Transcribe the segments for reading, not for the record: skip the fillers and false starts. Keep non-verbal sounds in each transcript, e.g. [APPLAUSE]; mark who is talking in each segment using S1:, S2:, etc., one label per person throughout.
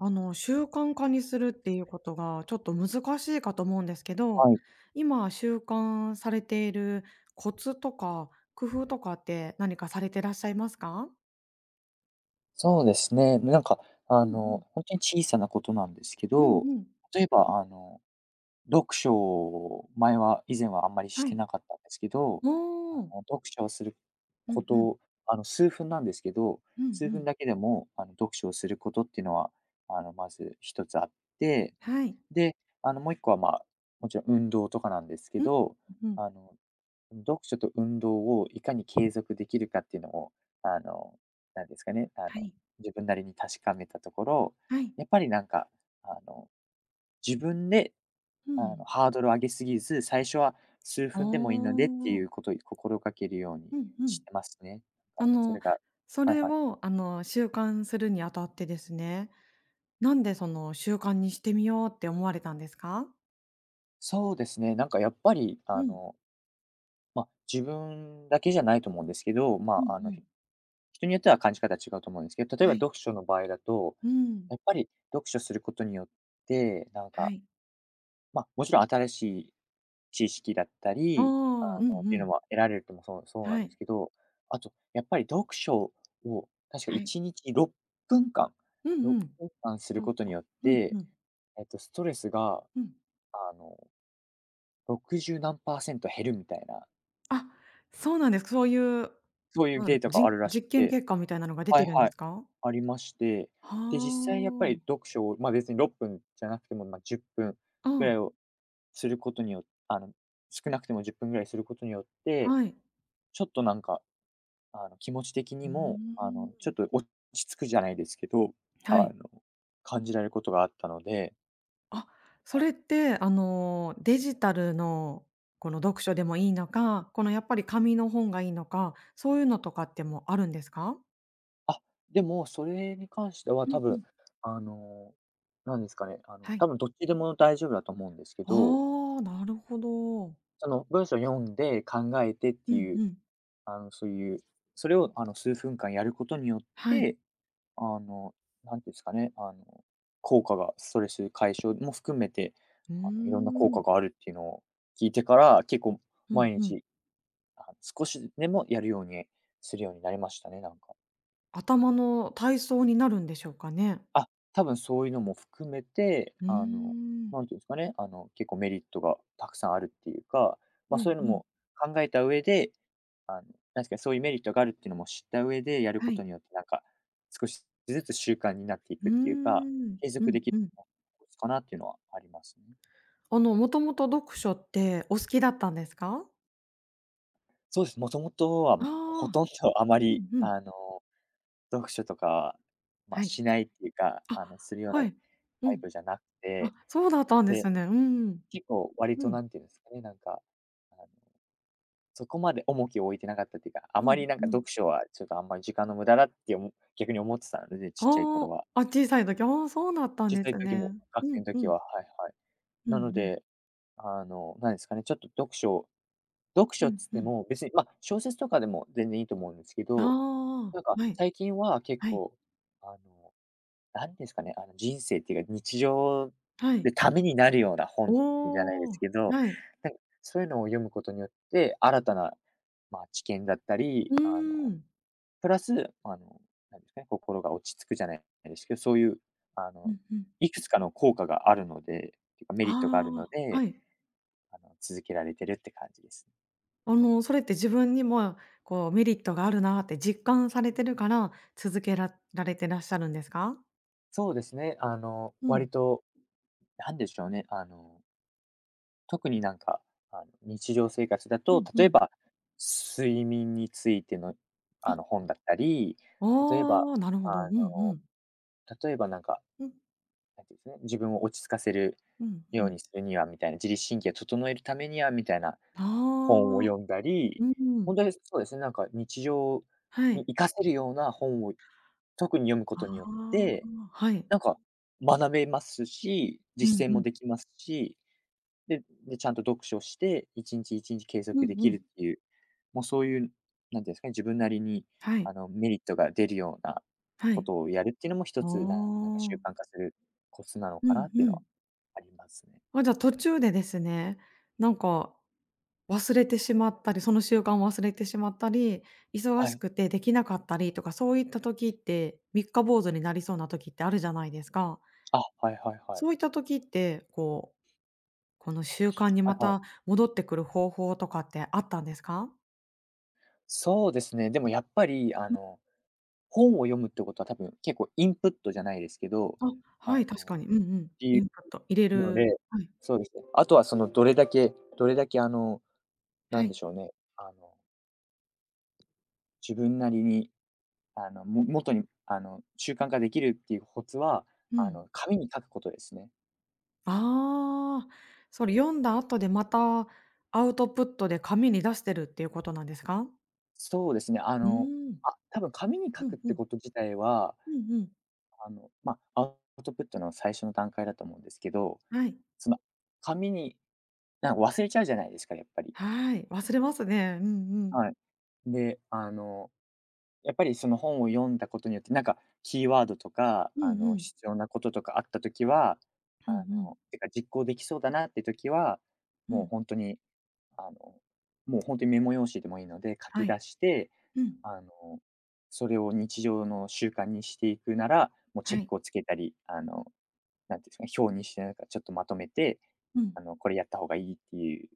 S1: 習慣化にするっていうことがちょっと難しいかと思うんですけど、
S2: はい、
S1: 今習慣されているコツとか工夫とかって何かされてらっしゃいますか？
S2: そうですね。なんか、
S1: うんうん。
S2: ほんとに小さなことなんですけ
S1: うん
S2: ど、
S1: うん。
S2: 例えば、読書を以前はあんまりし
S1: は
S2: て
S1: い。
S2: なかったんですけど、
S1: おお。
S2: 読書をする
S1: う
S2: こ
S1: ん
S2: と
S1: うん。
S2: を、数分なんですけど、
S1: うんう
S2: 数分
S1: ん。
S2: だけでも、読書をすることっていうのは、まず一つあって、
S1: はい。
S2: で、もう一個は、まあ、もちろん運動とかなんですけ
S1: うん。
S2: ど、
S1: うん。
S2: あの読書と運動をいかに継続できるかっていうのを、あの、なんですかね、
S1: はい。
S2: 自分なりに確かめたところ、
S1: はい。
S2: やっぱりなんか、あの、自分で、
S1: うん。
S2: ハードルを上げすぎず、最初は数
S1: ああ。う
S2: 分でもいいのでって
S1: んうんはいはいうんお
S2: いうことを心がけるように
S1: うんう
S2: し
S1: ん
S2: てますね。な
S1: あ
S2: んか、そ
S1: の、
S2: れが、
S1: そ
S2: はい
S1: れ
S2: はい。
S1: を、あの、習慣するにあたってですね、なんでその習慣にしてみようって思われたんですか？
S2: そうですね、なんかやっぱり、
S1: うん。
S2: まあ、自分だけじゃないと思うんですけど、ま
S1: うんう
S2: あ、
S1: ん。
S2: 人によっては感じ方違うと思うんですけど、例え
S1: は
S2: ば
S1: い。
S2: 読書の場合だと、
S1: うん。
S2: やっぱり読書することによって、なん
S1: は
S2: か、
S1: い。
S2: まあ、もちろん新しい知識だった
S1: ああ、
S2: り、
S1: うん
S2: って
S1: う
S2: いう
S1: ん。
S2: のは得られるともそうそうな
S1: は
S2: んで
S1: い。
S2: すけど、あと、やっぱり読書を確か
S1: はい。
S2: 1日6分間、
S1: う
S2: 6
S1: んうん。
S2: 分間する
S1: 6
S2: ことに
S1: 本。
S2: よっ
S1: うん
S2: て、
S1: うん。
S2: ストレスが、
S1: うん。
S2: あの、60何パーセント減るみたいな、
S1: あ、そうなんですか。そういう、
S2: そういう
S1: なんだろ
S2: デ
S1: う、
S2: ータがあるらしく
S1: 実験
S2: て、
S1: 結果みたいなのが出
S2: は
S1: て
S2: い
S1: るんで
S2: は
S1: す
S2: い。
S1: か？
S2: ありまして、
S1: は
S2: で、実際やっぱり
S1: あ。
S2: 読書を、ま、別に6分じゃなくても、ま、10分
S1: う
S2: ぐら
S1: ん。
S2: いをすることによあの、少なくても10分ぐらいすることによって、
S1: はい。
S2: ちょっとなんか、気持ち的
S1: う
S2: に
S1: ー
S2: も、ちょ
S1: ん。
S2: っと落ち着くじゃないですけど、
S1: は
S2: あ
S1: い。
S2: の、感じられることがあったので、
S1: あ、それって、デジタルのこの読書でもいいのか、このやっぱり紙の本がいいのか、そういうのとかってもあるんですか？
S2: あ、でもそれに関しては
S1: う
S2: 多
S1: んう
S2: 分、
S1: ん。
S2: あの、なんですかね、
S1: は
S2: 多
S1: い。
S2: 分どっちでも大丈夫だと思うんですけど、
S1: ああ、なるほど。
S2: その文章読んで考えてっ
S1: う
S2: て
S1: ん
S2: いう
S1: うん。
S2: そういう、それを数分間やることによっ
S1: はい。
S2: て、あの、なんていうんですかね、効果がストレス解消も含めて、
S1: うー
S2: いろんな効果
S1: ん。
S2: があるっていうのを聞いてから、結構
S1: うん
S2: 毎
S1: うん。
S2: 日、あ、少しでもやるようにするようになりましたね、なんか。
S1: 頭の体操になるんでしょうかね？
S2: あ、多分そういうのも含めて、
S1: うーん。
S2: なんていうんですかね、結構メリットがたくさんあるっていうか、
S1: う
S2: ま、そ
S1: ん
S2: ういうの
S1: うん。
S2: も考えた上で、あの、なんですかね、そういうメリットがあるっていうのも知った上でやる
S1: は
S2: こと
S1: い。
S2: によって、なんか、少しずつ習慣になってい
S1: うー
S2: くっていうか、
S1: ん。
S2: 継
S1: う
S2: 続
S1: ん
S2: でき
S1: う
S2: る
S1: ん。
S2: のかなっていうのはありますね。
S1: もともと読書ってお好きだったんですか？
S2: そうです、もともと
S1: あ
S2: はほと
S1: あ。
S2: んどあま
S1: う
S2: り、
S1: んうん。
S2: 読書とか、まあ、
S1: はい。
S2: しないっていうか、
S1: あ、
S2: するよう
S1: は
S2: な
S1: い。う
S2: タイ
S1: ん。
S2: プじゃなく
S1: あ、
S2: て、
S1: そうだったんで
S2: で
S1: すね。うん。
S2: 結構割
S1: う
S2: と
S1: ん。
S2: なんていうんですかね、なんか、あの、そこまで重きを置いてなかったっていうか、あ
S1: う
S2: ま
S1: ん
S2: りなんか
S1: うん。
S2: 読書はちょっとあんまり時間の無駄だって逆に思ってたので、ち
S1: あ
S2: っちゃい頃は。
S1: あ、あ、小さい時、ああ、そうだったん
S2: 小
S1: で
S2: さい
S1: す
S2: 時
S1: ね。
S2: も、学
S1: う
S2: 生
S1: ん
S2: の
S1: う
S2: 時
S1: ん。
S2: は、はいはい。
S1: うんう
S2: なの
S1: ん。
S2: で、なんですかね、ちょっと読書読
S1: う
S2: 書っ
S1: ん
S2: つっ
S1: う
S2: て
S1: ん。
S2: も別に、ま、小説とかでも全然いいと思うんですけ
S1: あ
S2: ど、
S1: あ、
S2: なんか
S1: はい、
S2: 最近は結
S1: はい、
S2: 構、あのなんですかね、人生っていうか、日常
S1: はい。
S2: でためになるような本じゃないで
S1: お
S2: す
S1: お、
S2: けど、
S1: はい。
S2: なんかそういうのを読むことによって、新たな、まあ、知見だったり、
S1: うーん。
S2: プラス、あの、なんですかね、心が落ち着くじゃないですけど、そういう、あ
S1: う
S2: の、
S1: んうん。
S2: いくつかの効果があるので、っていうかメ
S1: あ
S2: リットがあるの
S1: あ、は
S2: で、
S1: い。
S2: 続けられてるって感じです。
S1: それって自分にも、こう、メリットがあるなって実感されてるから、続けられてらっしゃるんですか？
S2: そうですね、
S1: うん。
S2: 割と、なんでしょうね、特になんか、日常生活だ
S1: う
S2: と、
S1: んう
S2: 例え
S1: ん。
S2: ば、睡眠についての、
S1: あ、
S2: 本だったり、例えば、
S1: ああ、なるほど。う
S2: あ
S1: んう
S2: の、
S1: ん。
S2: なんか、
S1: うん、
S2: なんていうんですね、自分を落ち着かせる
S1: うんう
S2: よう
S1: ん。
S2: にするにはみたいな、自律神経を整えるためにはみたいな
S1: あ
S2: 本を
S1: あ、
S2: 読んだり、
S1: うんうん。
S2: 本当にそうですね、なんか日常
S1: は
S2: に
S1: い。
S2: 活かせるような本を特に読むこ
S1: あ
S2: とによって、
S1: あ、はい。
S2: なんか学べますし、
S1: うん
S2: 実践
S1: うん。
S2: もできますし、で、ちゃんと読書して、1日1日継
S1: う
S2: 続
S1: ん
S2: で
S1: う
S2: きる
S1: ん。
S2: っていう、もうそういう、なんていうんですかね、自分なりに、
S1: はい、
S2: メリットが出るような
S1: は
S2: こ
S1: い。
S2: とをやるっていうのも
S1: あ
S2: 一つ、なんか習
S1: あ。
S2: 慣化するコツなの
S1: う
S2: かな
S1: ん
S2: っ
S1: う
S2: ていうの
S1: ん。
S2: はありますね。
S1: あ、じゃあ途中でですね、なんか忘れてしまったり、その習慣を忘れてしまったり、忙
S2: は
S1: し
S2: い。
S1: くてできなかったりとか、そういった時って、三日坊主になりそうな時ってあるじゃないですか。
S2: あ、はいはいはい。
S1: そういった時って、こう、この習慣にま
S2: はいは
S1: た
S2: い。
S1: 戻ってくる方法とかってあったんですか？
S2: そうですね、でもやっぱり、本を読むってことは多分結構インプットじゃないですけど、
S1: あ、は
S2: あ
S1: い、確
S2: の、
S1: かに。う
S2: っ
S1: んうん。
S2: てい
S1: イ
S2: う
S1: ンプット入れ
S2: の
S1: る
S2: で
S1: はい、
S2: そうですね。あとはそのどれだけどれだけあの、
S1: は
S2: なんで
S1: い。
S2: しょうね、あの自分なりに、元に、習慣化できるっていうコツは、
S1: うん。
S2: 紙に書くことですね。
S1: ああ、それ読んだ後でまたアウトプットで紙に出してるっていうことなんですか？
S2: そうですね、
S1: うーん。
S2: あ、多分紙に書
S1: う
S2: く
S1: ん
S2: っ
S1: う
S2: て
S1: ん。
S2: こと自体は、
S1: うんうん。
S2: まあ、アウトプットの最初の段階だと思うんですけど、
S1: はい。
S2: その、紙になんか忘れちゃうじゃないですか、やっぱり。
S1: はい。忘れますね。うんうん。
S2: はい。で、やっぱりその本を読んだことによって、なんかキーワードとか、
S1: うんうん。
S2: 必要なこととかあったときは、
S1: うんうん。
S2: てか実行できそうだなって時は、
S1: う
S2: もう
S1: ん。
S2: 本当とに、あの、もう本当にメモ用紙でもいいので書
S1: は
S2: き
S1: い。
S2: 出して、
S1: うん。
S2: あの、それを日常の習慣にしていくなら、もうチ
S1: は
S2: ェッ
S1: い。
S2: クをつけたり、なんていうんですかね、表にしてなんかちょっとまとめて、
S1: うん。
S2: これやった方がいいっていう、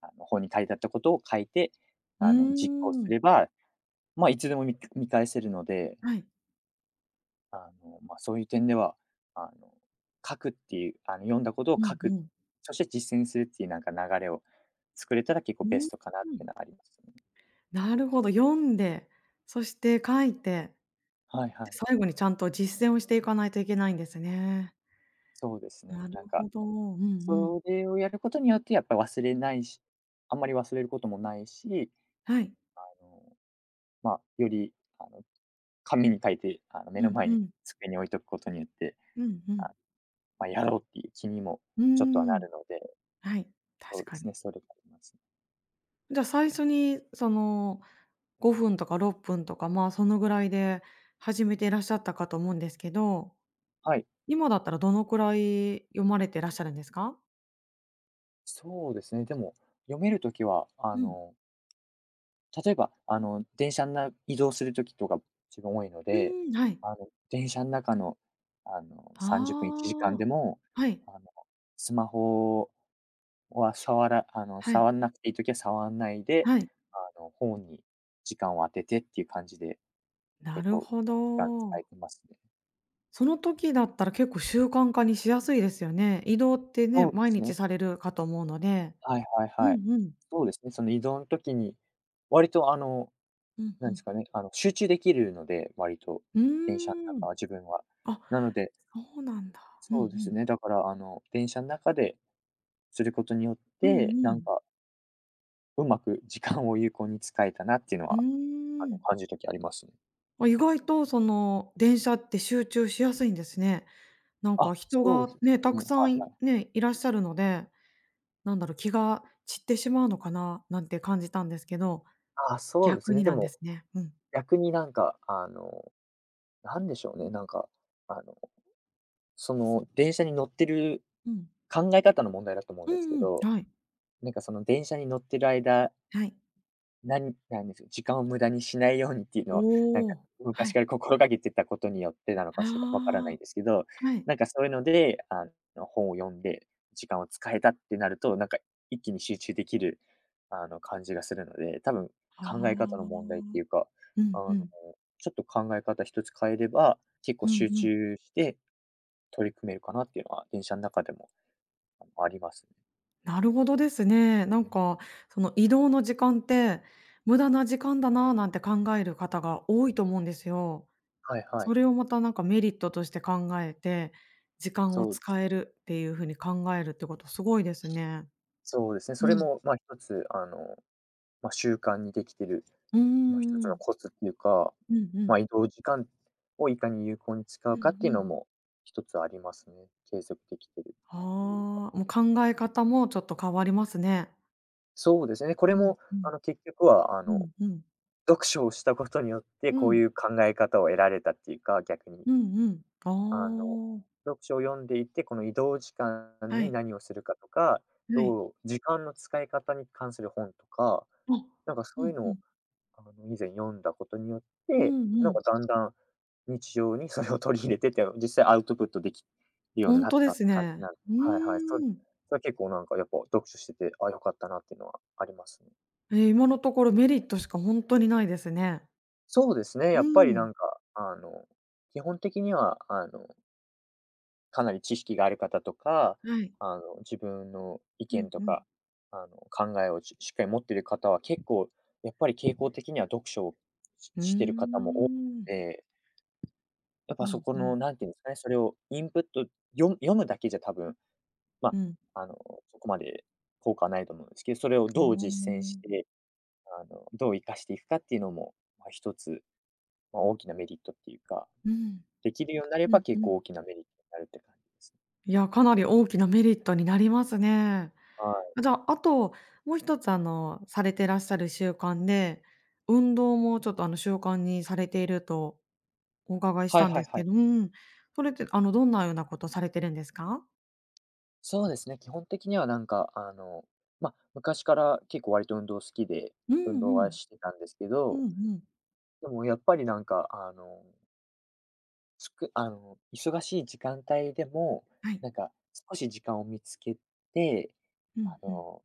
S2: 本に書いてあったことを書いて、
S1: うー
S2: 実行す
S1: ん。
S2: れば、まあ、いつでも見返せるので、
S1: はい。
S2: まあ、そういう点では、あの、書くっていう、読んだこと
S1: う
S2: を書
S1: んう
S2: く、
S1: ん。
S2: そして実践するっていうなんか流れを作れたら結構
S1: う
S2: ベ
S1: ーん。
S2: ストかなってのはありますね。
S1: なるほど、読んで、そして書いて、
S2: はいは
S1: で、
S2: い。
S1: 最後にちゃんと実践をしていかないといけないんですね。
S2: そうです
S1: な
S2: ね。
S1: る
S2: なんか、
S1: ほど。うんうん。
S2: それをやることによってやっぱり忘れないし、あんまり忘れることもないし、
S1: はい。
S2: あの、まあ、より、紙に書いて、目
S1: う
S2: の
S1: ん
S2: 前
S1: う
S2: に
S1: ん。
S2: 机に置いとくことによって、
S1: うんうん。
S2: あ、まあ、やろうっていう気にも
S1: うー
S2: ちょっとはな
S1: ん。
S2: るので、
S1: はい、
S2: そ
S1: 確
S2: うで
S1: か
S2: す
S1: に。
S2: ね、それがありますね。
S1: じゃ、あ最初にその5分とか6分とか、まあ、そのぐらいで始めていらっしゃったかと思うんですけど、
S2: はい。
S1: 今だったらどのくらい読まれてらっしゃるんですか？
S2: そうですね、でも、読めるときは、
S1: うん。
S2: 例えば、電車な移動するときとか自分多いの
S1: う
S2: で、
S1: ーん、はい。
S2: 電車の中の、30分、1時間
S1: ああ。
S2: でも、
S1: はい、
S2: あの、スマホは触らあの、
S1: はい、
S2: 触んなくていい時は触んないで、
S1: はい。
S2: 本に時間を当ててっていう感じで、
S1: な
S2: 結
S1: る
S2: 構
S1: ほ
S2: 時間使え
S1: ど。
S2: てますね。
S1: その時だったら結構習慣化にしやすいですよね。移動ってね、
S2: そうで
S1: 毎
S2: す
S1: 日
S2: ね。
S1: されるかと思うので。
S2: はいはい
S1: う
S2: はい。
S1: んうん。
S2: そうですね、その移動の時に、割と
S1: うんう
S2: なんで
S1: ん。
S2: すかね、集中できるので、割と、
S1: う
S2: 電車の
S1: ーん。
S2: 中は自分は。
S1: あ、
S2: なので、
S1: そうなんだ。うんう
S2: そうです
S1: ん。
S2: ね、だから電車の中ですることによっ
S1: うんう
S2: て、
S1: ん。
S2: うまく時間を有効に使えたなっていうの
S1: うー
S2: は、
S1: ん。
S2: 感じるときありますね。
S1: あ、意外とその、電車って集中しやすいんですね。なんか
S2: あ、
S1: 人
S2: そうで
S1: が
S2: す
S1: ね、た
S2: ね、
S1: くさ
S2: は
S1: ん
S2: い
S1: い
S2: はい。
S1: ね、いらっしゃるので、なんだろう、気が散ってしまうのかななんて感じたんですけど、
S2: あ、そうです
S1: 逆
S2: ね、
S1: に
S2: で
S1: なんで
S2: も、
S1: すね。うん。
S2: 逆になんでしょうね、あの、電車に乗ってる
S1: うん。
S2: 考え方の問題だと思うん
S1: う
S2: ですけ
S1: んうん。
S2: ど、
S1: はい。
S2: その電車に乗ってる間
S1: はい。
S2: なんなんですよ、時間を無駄にしないようにっていうのを、なん
S1: お
S2: か
S1: お。は
S2: 昔
S1: い。
S2: から心がけてたことによってなの
S1: あ
S2: かしらわからないですけど、
S1: あ、はい。
S2: なんかそういうので、本を読んで時間を使えたってなると、なんか一気に集中できる、感じがするので、多分考え方の
S1: あ
S2: 問題って
S1: あ。
S2: いうか、
S1: う
S2: あ
S1: んう
S2: の、
S1: ん。
S2: ちょっと考え方一つ変えれば、結
S1: う
S2: 構
S1: んう
S2: 集
S1: ん。
S2: 中して取り組めるかなっていうのは、電車の中でも、ありますね。
S1: なるほどですね。なんか、その移動の時間って、無駄な時間だなぁなんて考える方が多いと思うんですよ。
S2: はいは
S1: そ
S2: い。
S1: れをまたなんかメリットとして考えて、時間
S2: そ
S1: を
S2: う
S1: 使えるっていう風に考えるってことすごいですね。
S2: そうですね。
S1: う
S2: それ
S1: ん。
S2: も、ま、一つ、まあ、習慣にできてる、
S1: うー
S2: まあ、一つの
S1: ん。
S2: コツっていうか、
S1: うんう
S2: ま
S1: ん。
S2: あ、移動時間をいかに有効に使
S1: う
S2: うかっ
S1: ん
S2: てい
S1: う
S2: うの
S1: ん。
S2: も一つありますね。継続できてる
S1: あ
S2: 理由は。
S1: あ、もう考え方もちょっと変わりますね。
S2: そうですね、こ
S1: う
S2: れ
S1: ん
S2: も
S1: うん。
S2: 結局は
S1: うんうん。
S2: 読書をしたことによって、
S1: う
S2: こう
S1: ん。
S2: いう考え方を得られたっていうか、逆に。
S1: うんうん。
S2: あの、
S1: ああ。
S2: 読書を読んでいて、この移動時間
S1: は
S2: に
S1: い。
S2: 何をするかとか、
S1: はい。
S2: どう時間の使い方に関する本とか、
S1: あ、
S2: なんか
S1: う
S2: そういう
S1: んう
S2: の
S1: ん。
S2: 以前読んだことによっ
S1: う
S2: て、
S1: んう
S2: なんか
S1: ん。
S2: だんだん日常にそれを取り入れてって、実際アウトプットできるよう
S1: ほ
S2: に
S1: ん
S2: なっ
S1: とで
S2: たっ
S1: す
S2: て感じ
S1: ね。
S2: なんで
S1: う
S2: はいはい。
S1: ーん。
S2: それは結構なんかやっぱ読書してて、あ、良かったなっていうのはありますね。
S1: え、今のところメリットしかほんとにないですね。
S2: そうですね、
S1: う
S2: やっぱりな
S1: ん。
S2: んか、基本的には、かなり知識がある方とか、
S1: はい。
S2: あの、自分の意
S1: うん
S2: 見と
S1: うん。
S2: か、考えをしっかり持っている方は結構やっぱり傾向的には読書を
S1: うー
S2: してる方も多く
S1: ん。
S2: て、やっ
S1: う
S2: ぱそ
S1: ん
S2: こ
S1: うん。
S2: の、何て言うんですかね、それをインプット、読むだけじゃ多分、ま
S1: うん。
S2: あ、そこまで効果はないと思うんですけど、それを
S1: ああ。う
S2: どう実践し
S1: ん。
S2: て、どう活かしていくかっていうのも、まあ、一つ、まあ、大きなメリットっていうか、できるようになれ
S1: う
S2: ば
S1: んう
S2: 結
S1: ん。
S2: 構大きなメリットになるって感じですね。
S1: いや、かなり大きなメリットになりますね。
S2: はい。
S1: じゃあ、あと、もう一つ、されてらっしゃる習慣で、運動もちょっと、習慣にされているとお伺いし
S2: はい
S1: たん
S2: は
S1: で
S2: い
S1: す
S2: は
S1: け
S2: い。
S1: どうん。それって、どんなようなことされてるんですか？
S2: そうですね、基本的にはなんか、まあ、昔から結構割と運動好きで、
S1: う
S2: 運動
S1: んう
S2: は
S1: ん。
S2: してたんですけ
S1: うん
S2: ど、
S1: うん。
S2: でもやっぱりなんか、あのつくあの、忙しい時間帯でも、
S1: はい。
S2: なんか少し時間を見つけて、
S1: う
S2: あ
S1: んうん。
S2: の、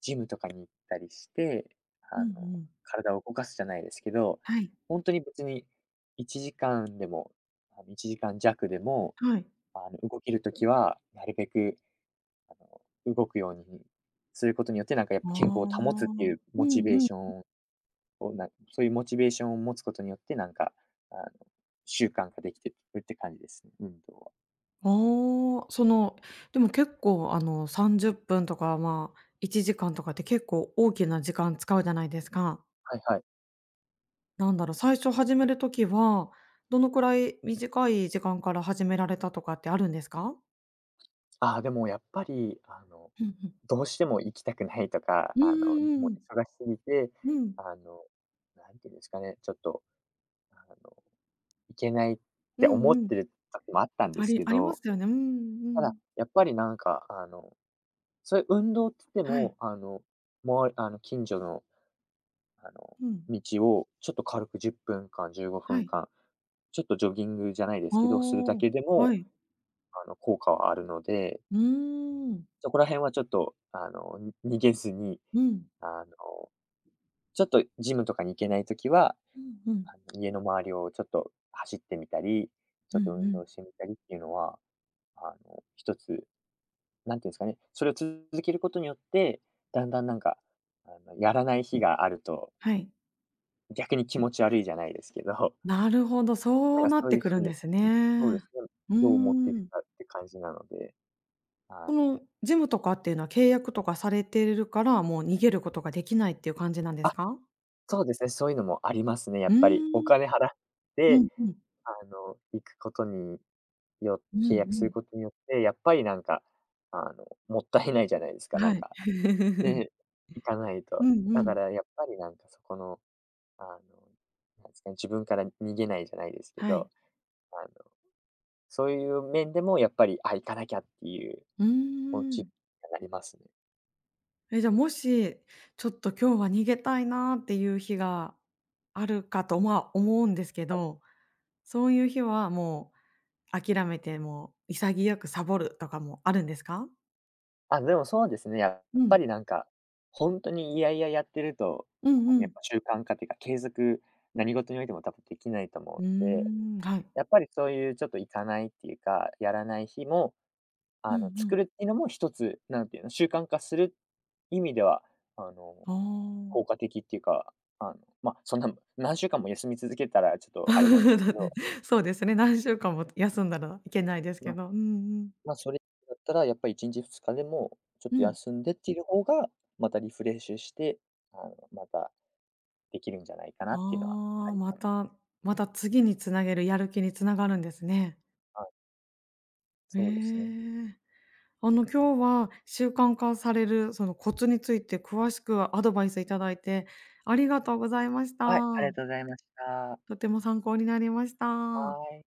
S2: ジムとかに行ったりして、
S1: うんうん。
S2: 体を動かすじゃないですけど、
S1: はい。
S2: ほんとに別に1時間でも、1時間弱でも、
S1: はい。
S2: 動ける時はなるべく動くようにすることによって、なんかやっ
S1: あ
S2: ぱ健康を保つってい
S1: あ。
S2: う
S1: う
S2: モチ
S1: ん
S2: ベー
S1: うん
S2: ションを、そういうモチベーションを持つことによって、あの、習慣化できてるって感じですね、運動は。
S1: ああ、その、でも結構あの30分とか、まあ、1時間とかって結構大きな時間使うじゃないですか。
S2: はいはい。
S1: なんだろう、最初始めるときは、どのくらい短い時間から始められたとかってあるんですか？
S2: ああ、でもやっぱり、
S1: うんうん。
S2: どうしても行きたくないとか、
S1: うんうん
S2: も
S1: う
S2: う
S1: ん。
S2: 忙しすぎて、
S1: うん。
S2: あの、なんていうんですかね、ちょっと、あの、行けないっ
S1: う
S2: て思
S1: ん
S2: っ
S1: うん。
S2: てる時もあったんで
S1: あ
S2: す
S1: り
S2: け
S1: ありま
S2: ど、
S1: すよね。うんう
S2: ただ、
S1: ん。
S2: やっぱりなんか、そういう運動って言って
S1: はい。
S2: も、あの、まわあの、近所の、あの、
S1: うん。
S2: 道をちょっと軽く10分間、15
S1: は
S2: 分
S1: い。
S2: 間、ちょっとジョギングじゃないです
S1: あ
S2: けど、する
S1: あ、
S2: だけで
S1: は
S2: も、
S1: い。
S2: 効果はあるので、
S1: うーん。
S2: そこら辺はちょっと、逃げずに、
S1: うん。
S2: あの、ちょっとジムとかに行けないときは、
S1: うんうん。
S2: 家の周りをちょっと走ってみたり、ち
S1: う
S2: ょ
S1: ん
S2: っと
S1: う
S2: 運
S1: ん。
S2: 動してみたりっていうのは、一つ、なんていうんですかね、それを続けることによって、だんだんなんか、やらない日があると、
S1: はい。
S2: 逆に気持ち悪いじゃないですけど、[LAUGHS]
S1: なるほど、
S2: な
S1: そ
S2: ん
S1: う
S2: か
S1: なっ
S2: そう
S1: て
S2: いう
S1: く
S2: ふ
S1: る
S2: う
S1: ん
S2: に
S1: です
S2: うん、そうで
S1: ね。
S2: すね、
S1: う
S2: どう思ってい
S1: ー
S2: く
S1: ん。
S2: かって感じなので、あ
S1: そ
S2: の
S1: のジムとかっていうのは契約とかされてるから、もう逃げることができないっていう感じなんです
S2: あ、
S1: か？
S2: そうですね、そういうのもありますね、や
S1: う
S2: っ
S1: ー
S2: ぱり。お
S1: ん。
S2: 金払っ
S1: う
S2: て
S1: んうん。
S2: あの、行くことによ
S1: うんう
S2: 契約す
S1: ん。
S2: ることによって、やっぱりなんか、もったいないじゃないですか、な
S1: は
S2: ん
S1: い。
S2: か、
S1: [LAUGHS]
S2: ね、行かない
S1: う
S2: と。
S1: んう
S2: だか
S1: ん。
S2: らやっぱりなんかそこの、あの、なんですかね、自分から逃げないじゃないですけ
S1: は
S2: ど、
S1: い。
S2: あの、そういう面でもやっぱり、あ、行かなきゃっていう
S1: うー
S2: モチベ
S1: ん。
S2: になりますね。
S1: え、じゃあ、もし、ちょっと今日は逃げたいなーっていう日があるかと、まあ、思うんですけ
S2: はい。
S1: ど、そういう日はもう諦めて、もう潔くサボるとかもあるんですか？
S2: あ、でもそうですね、や
S1: う
S2: っぱ
S1: ん。
S2: りなんか、ほんとに嫌々やってると、
S1: うんう
S2: やっ
S1: ん。
S2: ぱ習慣化っていうか、継続、何事においても多分できないと
S1: う
S2: 思
S1: ー
S2: うので、
S1: ん、はい。
S2: やっぱりそういうちょっと行かないっていうか、やらない日も、
S1: うんう
S2: 作
S1: ん。
S2: るっていうのも一つ、なんていうの、習慣化する意味では、あの、
S1: あ
S2: 効
S1: あ。
S2: 果的っていうか、あの、まあ、そんな何週間も休み続けたらちょっとあれなんです
S1: [LAUGHS] だ
S2: け
S1: って
S2: ど、
S1: そうですね、何週間も休んだらいけないです
S2: ま
S1: け
S2: あ
S1: ど。うんうん。
S2: まあ、それだったらやっぱり1日2日でもちょっ
S1: う
S2: と
S1: ん。
S2: 休んでっていう方が、またリフレッシュして、またできるんじゃないかなっていうのは
S1: あ
S2: あ
S1: あ、
S2: り
S1: ま
S2: ます。
S1: たまた次につなげるやる気につながるんですね。
S2: はい、
S1: え
S2: そうですね。
S1: え。今日は習慣化されるそのコツについて詳しくアドバイスいただいてありがとうございまし
S2: はい、あり
S1: た。
S2: がとうございました。
S1: とても参考になりました。
S2: はい、